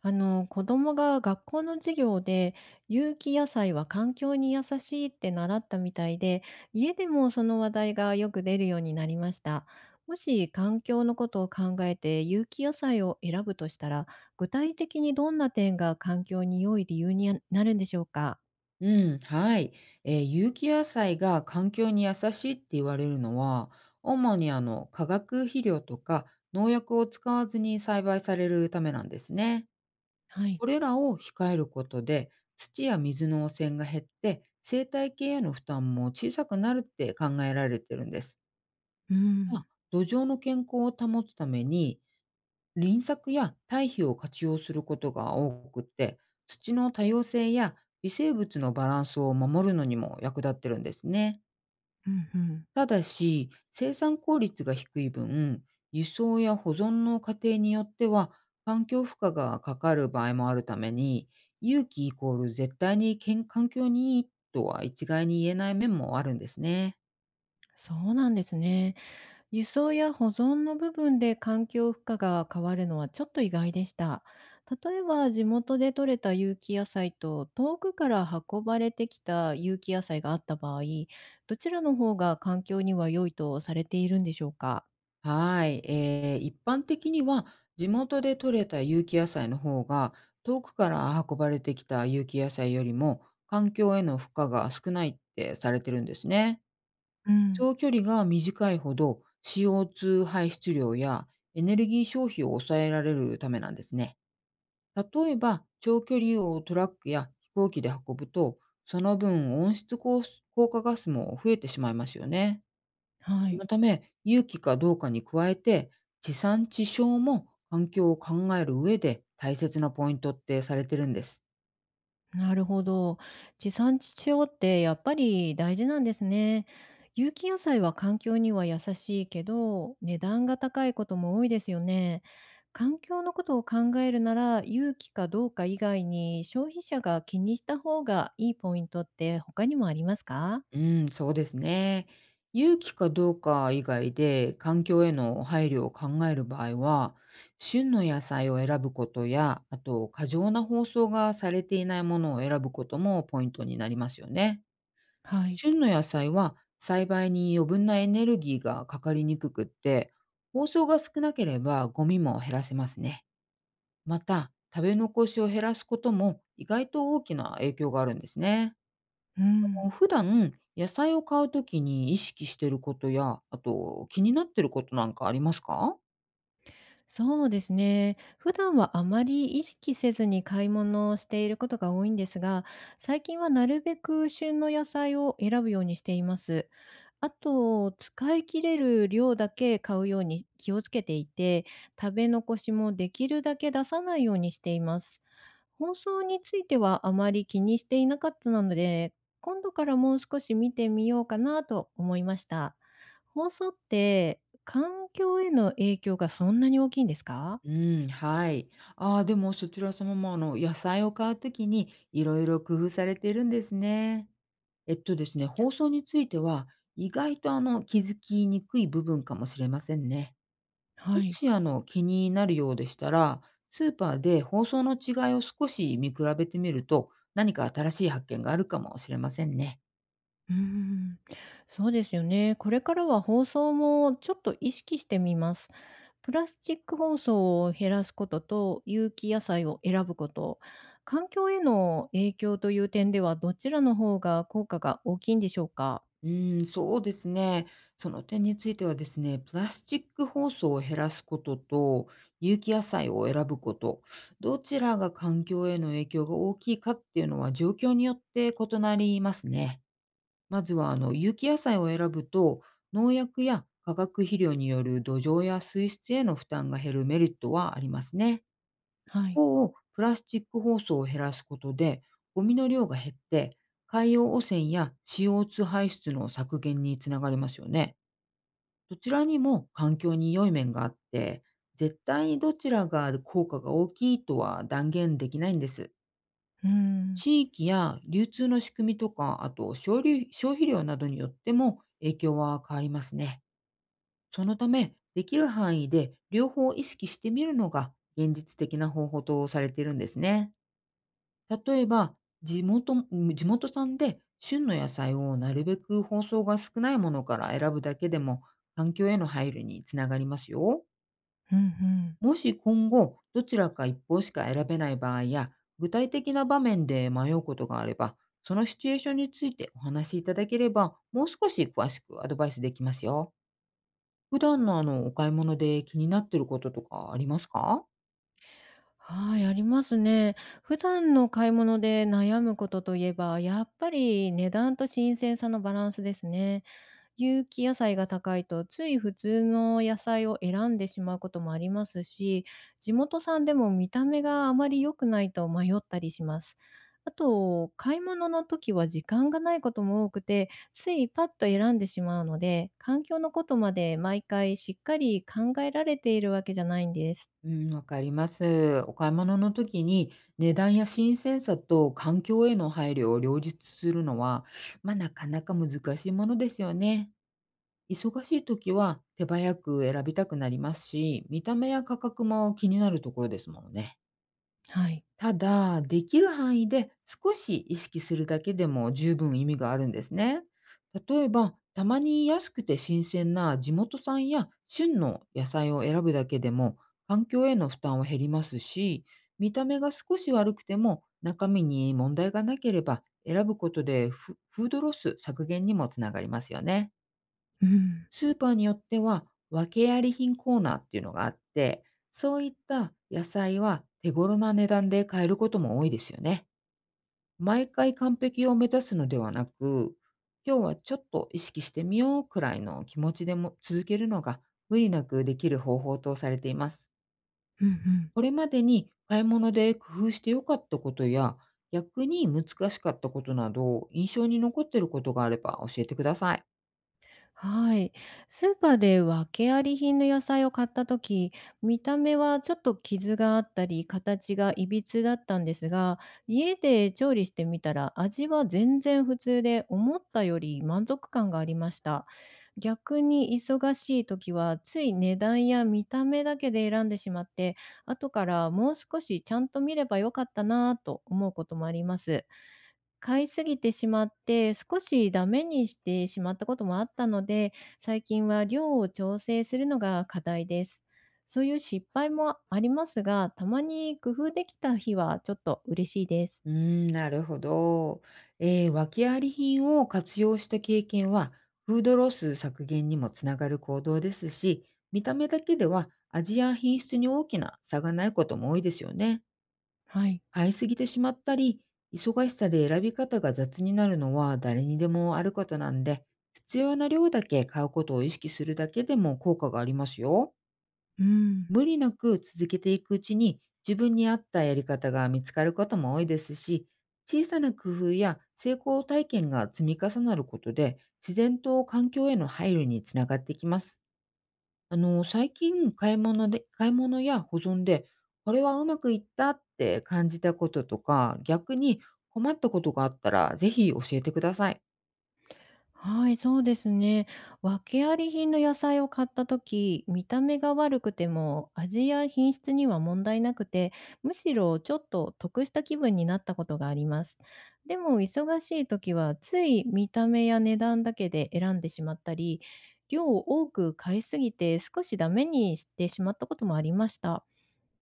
あの子供が学校の授業で有機野菜は環境に優しいって習ったみたいで、家でもその話題がよく出るようになりました。もし環境のことを考えて有機野菜を選ぶとしたら、具体的にどんな点が環境に良い理由になるんでしょうか？うん、はい。有機野菜が環境に優しいって言われるのは、主に化学肥料とか農薬を使わずに栽培されるためなんですね。はい。これらを控えることで、土や水の汚染が減って、生態系への負担も小さくなるって考えられてるんです。うまあん、土壌の健康を保つために、輪作や堆肥を活用することが多くって、土の多様性や微生物のバランスを守るのにも役立ってるんですね。うんうん。ただし、生産効率が低い分、輸送や保存の過程によっては環境負荷がかかる場合もあるために、有機イコール絶対に環境にいいとは一概に言えない面もあるんですね。そうなんですね。輸送や保存の部分で環境負荷が変わるのはちょっと意外でした。例えば地元で採れた有機野菜と遠くから運ばれてきた有機野菜があった場合、どちらの方が環境には良いとされているんでしょうか？はい、一般的には地元で採れた有機野菜の方が遠くから運ばれてきた有機野菜よりも環境への負荷が少ないってされてるんですね。うん。長距離が短いほど CO2 排出量やエネルギー消費を抑えられるためなんですね。例えば長距離をトラックや飛行機で運ぶと、その分温室効果ガスも増えてしまいますよね。はそい。のため、有機かどうかに加えて、地産地消も環境を考える上で大切なポイントってされてるんです。なるほど。地産地消ってやっぱり大事なんですね。有機野菜は環境には優しいけど、値段が高いことも多いですよね。環境のことを考えるなら、有機かどうか以外に消費者が気にした方がいいポイントって他にもありますか？うん、そうですね。有機かどうか以外で環境への配慮を考える場合は、旬の野菜を選ぶことや、あと過剰な包装がされていないものを選ぶこともポイントになりますよね。はい。旬の野菜は栽培に余分なエネルギーがかかりにくくって、包装が少なければゴミも減らせますね。また、食べ残しを減らすことも意外と大きな影響があるんですね。うん、普段野菜を買うときに意識していることや、あと気になってることなんかありますか？そうですね。普段はあまり意識せずに買い物をしていることが多いんですが、最近はなるべく旬の野菜を選ぶようにしています。あと、使い切れる量だけ買うように気をつけていて、食べ残しもできるだけ出さないようにしています。放送についてはあまり気にしていなかったので、今度からもう少し見てみようかなと思いました。放送って環境への影響がそんなに大きいんですか？うん、はい。ああ、でもそちら様も野菜を買うときにいろいろ工夫されているんですね。ですね、放送については、意外と気づきにくい部分かもしれませんね。はもい。し気になるようでしたら、スーパーで放送の違いを少し見比べてみると、何か新しい発見があるかもしれませんね。うーん、そうですよね。これからは包装もちょっと意識してみます。プラスチック包装を減らすことと有機野菜を選ぶこと、環境への影響という点ではどちらの方が効果が大きいんでしょうか？うーん、そうですね。その点についてはですね、プラスチック包装を減らすことと、有機野菜を選ぶこと、どちらが環境への影響が大きいかっていうのは状況によって異なりますね。まずは有機野菜を選ぶと、農薬や化学肥料による土壌や水質への負担が減るメリットはありますね。一はい。方、プラスチック包装を減らすことでゴミの量が減って、海洋汚染や CO2 排出の削減につながりますよね。どちらにも環境に良い面があって、絶対にどちらが効果が大きいとは断言できないんです。うーん、地域や流通の仕組みとか、あと消費量などによっても影響は変わりますね。そのため、できる範囲で両方意識してみるのが現実的な方法とされているんですね。例えば、地元地元産で旬の野菜をなるべく包装が少ないものから選ぶだけでも、環境への配慮につながりますよ。うんうん。もし今後、どちらか一方しか選べない場合や、具体的な場面で迷うことがあれば、そのシチュエーションについてお話しいただければ、もう少し詳しくアドバイスできますよ。普段のお買い物で気になってることとかありますか？はい、ありますね。普段の買い物で悩むことといえば、やっぱり値段と新鮮さのバランスですね。有機野菜が高いと、つい普通の野菜を選んでしまうこともありますし、地元産でも見た目があまり良くないと迷ったりします。あと、買い物の時は時間がないことも多くて、ついパッと選んでしまうので、環境のことまで毎回しっかり考えられているわけじゃないんです。うん、わかります。お買い物の時に値段や新鮮さと環境への配慮を両立するのは、まあ、なかなか難しいものですよね。忙しい時は手早く選びたくなりますし、見た目や価格も気になるところですものね。はい。ただ、できる範囲で少し意識するだけでも十分意味があるんですね。例えば、たまに安くて新鮮な地元産や旬の野菜を選ぶだけでも環境への負担は減りますし、見た目が少し悪くても中身に問題がなければ選ぶことで、フードロス削減にもつながりますよね。うん。スーパーによっては、訳あり品コーナーっていうのがあって、そういった野菜は手頃な値段で買えることも多いですよね。毎回完璧を目指すのではなく、今日はちょっと意識してみようくらいの気持ちでも続けるのが、無理なくできる方法とされています。うんうん。これまでに買い物で工夫してよかったことや、逆に難しかったことなど、印象に残っていることがあれば教えてください。はい。スーパーで訳あり品の野菜を買った時、見た目はちょっと傷があったり、形がいびつだったんですが、家で調理してみたら味は全然普通で、思ったより満足感がありました。逆に忙しい時は、つい値段や見た目だけで選んでしまって、後からもう少しちゃんと見ればよかったなぁと思うこともあります。買いすぎてしまって、少しダメにしてしまったこともあったので、最近は量を調整するのが課題です。そういう失敗もありますが、たまに工夫できた日はちょっと嬉しいです。うーん、なるほど。訳あり品を活用した経験は、フードロス削減にもつながる行動ですし、見た目だけでは味や品質に大きな差がないことも多いですよね。はい。買いすぎてしまったり、忙しさで選び方が雑になるのは誰にでもあることなんで、必要な量だけ買うことを意識するだけでも効果がありますよ。うん。無理なく続けていくうちに、自分に合ったやり方が見つかることも多いですし、小さな工夫や成功体験が積み重なることで、自然と環境への配慮につながってきます。最近、買い物や保存で、これはうまくいったって感じたこととか、逆に困ったことがあったら、ぜひ教えてください。はい、そうですね。訳あり品の野菜を買った時、見た目が悪くても味や品質には問題なくて、むしろちょっと得した気分になったことがあります。でも忙しい時はつい見た目や値段だけで選んでしまったり、量を多く買いすぎて少しダメにしてしまったこともありました。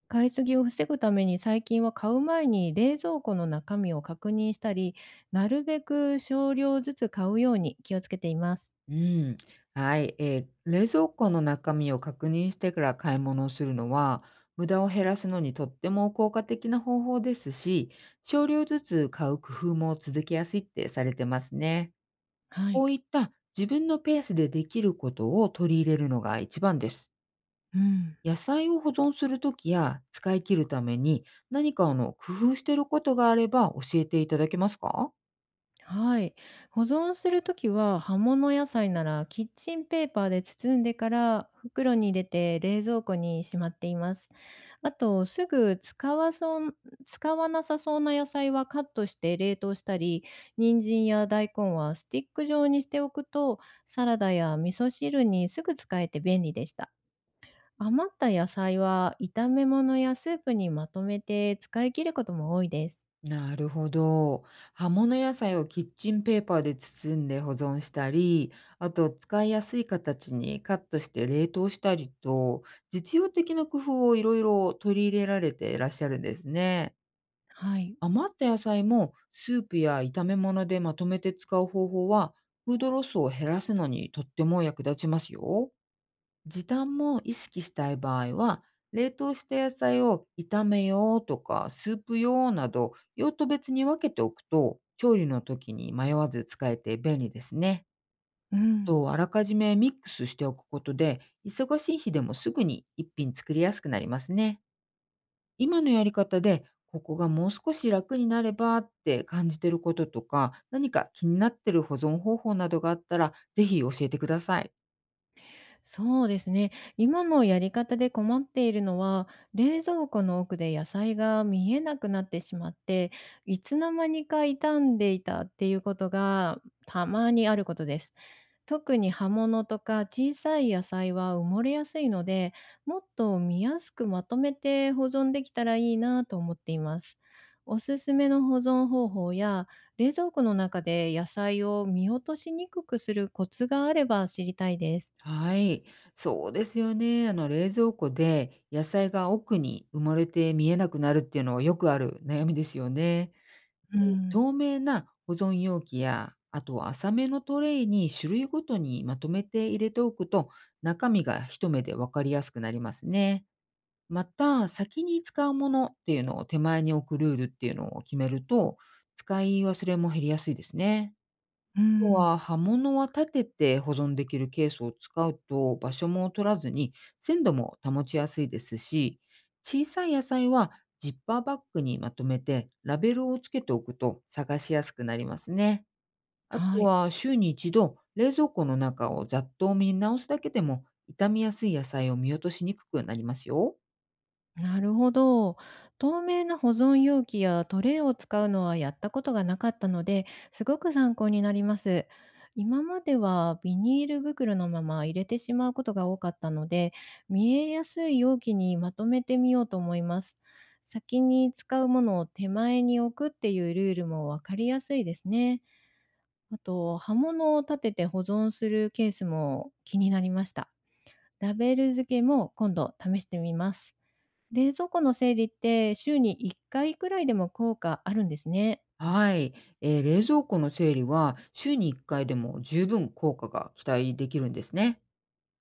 買いすぎを防ぐために最近は買う前に冷蔵庫の中身を確認したり、なるべく少量ずつ買うように気をつけています。うん、はい、冷蔵庫の中身を確認してから買い物をするのは、無駄を減らすのにとっても効果的な方法ですし、少量ずつ買う工夫も続けやすいってされてますね。はこい。ういった自分のペースでできることを取り入れるのが一番です。うん。野菜を保存するときや使い切るために、何か工夫していることがあれば教えていただけますか？はい。保存するときは葉物野菜ならキッチンペーパーで包んでから袋に入れて冷蔵庫にしまっています。あとすぐ使わそう使わなさそうな野菜はカットして冷凍したり、人参や大根はスティック状にしておくと、サラダや味噌汁にすぐ使えて便利でした。余った野菜は炒め物やスープにまとめて使い切ることも多いです。なるほど。葉物野菜をキッチンペーパーで包んで保存したり、あと使いやすい形にカットして冷凍したりと、実用的な工夫をいろいろ取り入れられていらっしゃるんですね。はい。余った野菜もスープや炒め物でまとめて使う方法は、フードロスを減らすのにとっても役立ちますよ。時短も意識したい場合は、冷凍した野菜を炒めようとかスープ用など用途別に分けておくと、調理の時に迷わず使えて便利ですね。うん。と、あらかじめミックスしておくことで、忙しい日でもすぐに一品作りやすくなりますね。今のやり方で、ここがもう少し楽になればって感じてることとか、何か気になってる保存方法などがあったら、ぜひ教えてください。そうですね。今のやり方で困っているのは、冷蔵庫の奥で野菜が見えなくなってしまって、いつの間にか傷んでいたっていうことがたまにあることです。特に葉物とか小さい野菜は埋もれやすいので、もっと見やすくまとめて保存できたらいいなと思っています。おすすめの保存方法や冷蔵庫の中で野菜を見落としにくくするコツがあれば知りたいです。はい、そうですよね。冷蔵庫で野菜が奥に埋もれて見えなくなるっていうのはよくある悩みですよね。うん。透明な保存容器や、あとは浅めのトレイに種類ごとにまとめて入れておくと、中身が一目で分かりやすくなりますね。また、先に使うものっていうのを手前に置くルールっていうのを決めると、使い忘れも減りやすいですね。うとん、は葉物は立てて保存できるケースを使うと、場所も取らずに鮮度も保ちやすいですし、小さい野菜はジッパーバッグにまとめてラベルをつけておくと探しやすくなりますね。あはとい。は週に一度冷蔵庫の中をざっと見直すだけでも、傷みやすい野菜を見落としにくくなりますよ。なるほど。透明な保存容器やトレイを使うのはやったことがなかったので、すごく参考になります。今まではビニール袋のまま入れてしまうことが多かったので、見えやすい容器にまとめてみようと思います。先に使うものを手前に置くっていうルールもわかりやすいですね。あと、刃物を立てて保存するケースも気になりました。ラベル付けも今度試してみます。冷蔵庫の整理って週に1回くらいでも効果あるんですね。はい、冷蔵庫の整理は週に1回でも十分効果が期待できるんですね。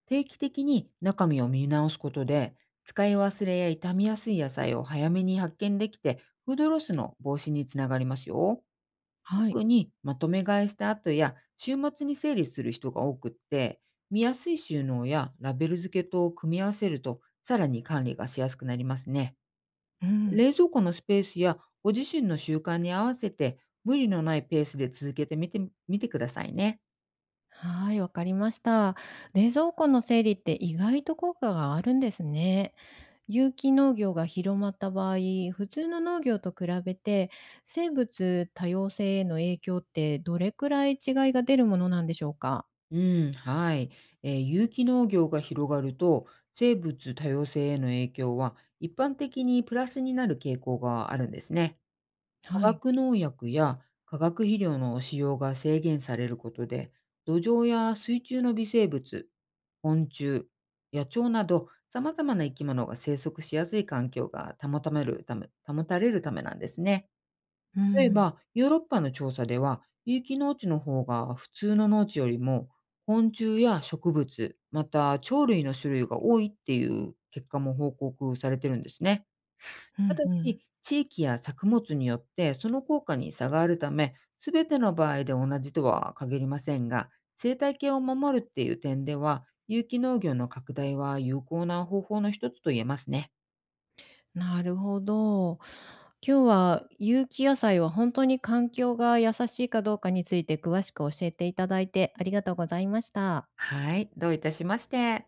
定期的に中身を見直すことで、使い忘れや傷みやすい野菜を早めに発見できて、フードロスの防止につながりますよ。はい。特にまとめ買いした後や週末に整理する人が多くって、見やすい収納やラベル付けとを組み合わせると、さらに管理がしやすくなりますね。うん。冷蔵庫のスペースやご自身の習慣に合わせて、無理のないペースで続けてみてくださいね。はい、わかりました。冷蔵庫の整理って意外と効果があるんですね。有機農業が広まった場合、普通の農業と比べて生物多様性への影響ってどれくらい違いが出るものなんでしょうか？うん、はい。有機農業が広がると、生物多様性への影響は一般的にプラスになる傾向があるんですね。化はい。学農薬や化学肥料の使用が制限されることで、土壌や水中の微生物、昆虫、野鳥など様々な生き物が生息しやすい環境が保たれるためなんですね。う例えん、ば、ヨーロッパの調査では、有機農地の方が普通の農地よりも、昆虫や植物、また鳥類の種類が多いっていう結果も報告されてるんですね。うたん、だうん。し、地域や作物によってその効果に差があるため、すべての場合で同じとは限りませんが、生態系を守るっていう点では、有機農業の拡大は有効な方法の一つと言えますね。なるほど。今日は有機野菜は本当に環境が優しいかどうかについて詳しく教えていただいてありがとうございました。はい、どういたしまして。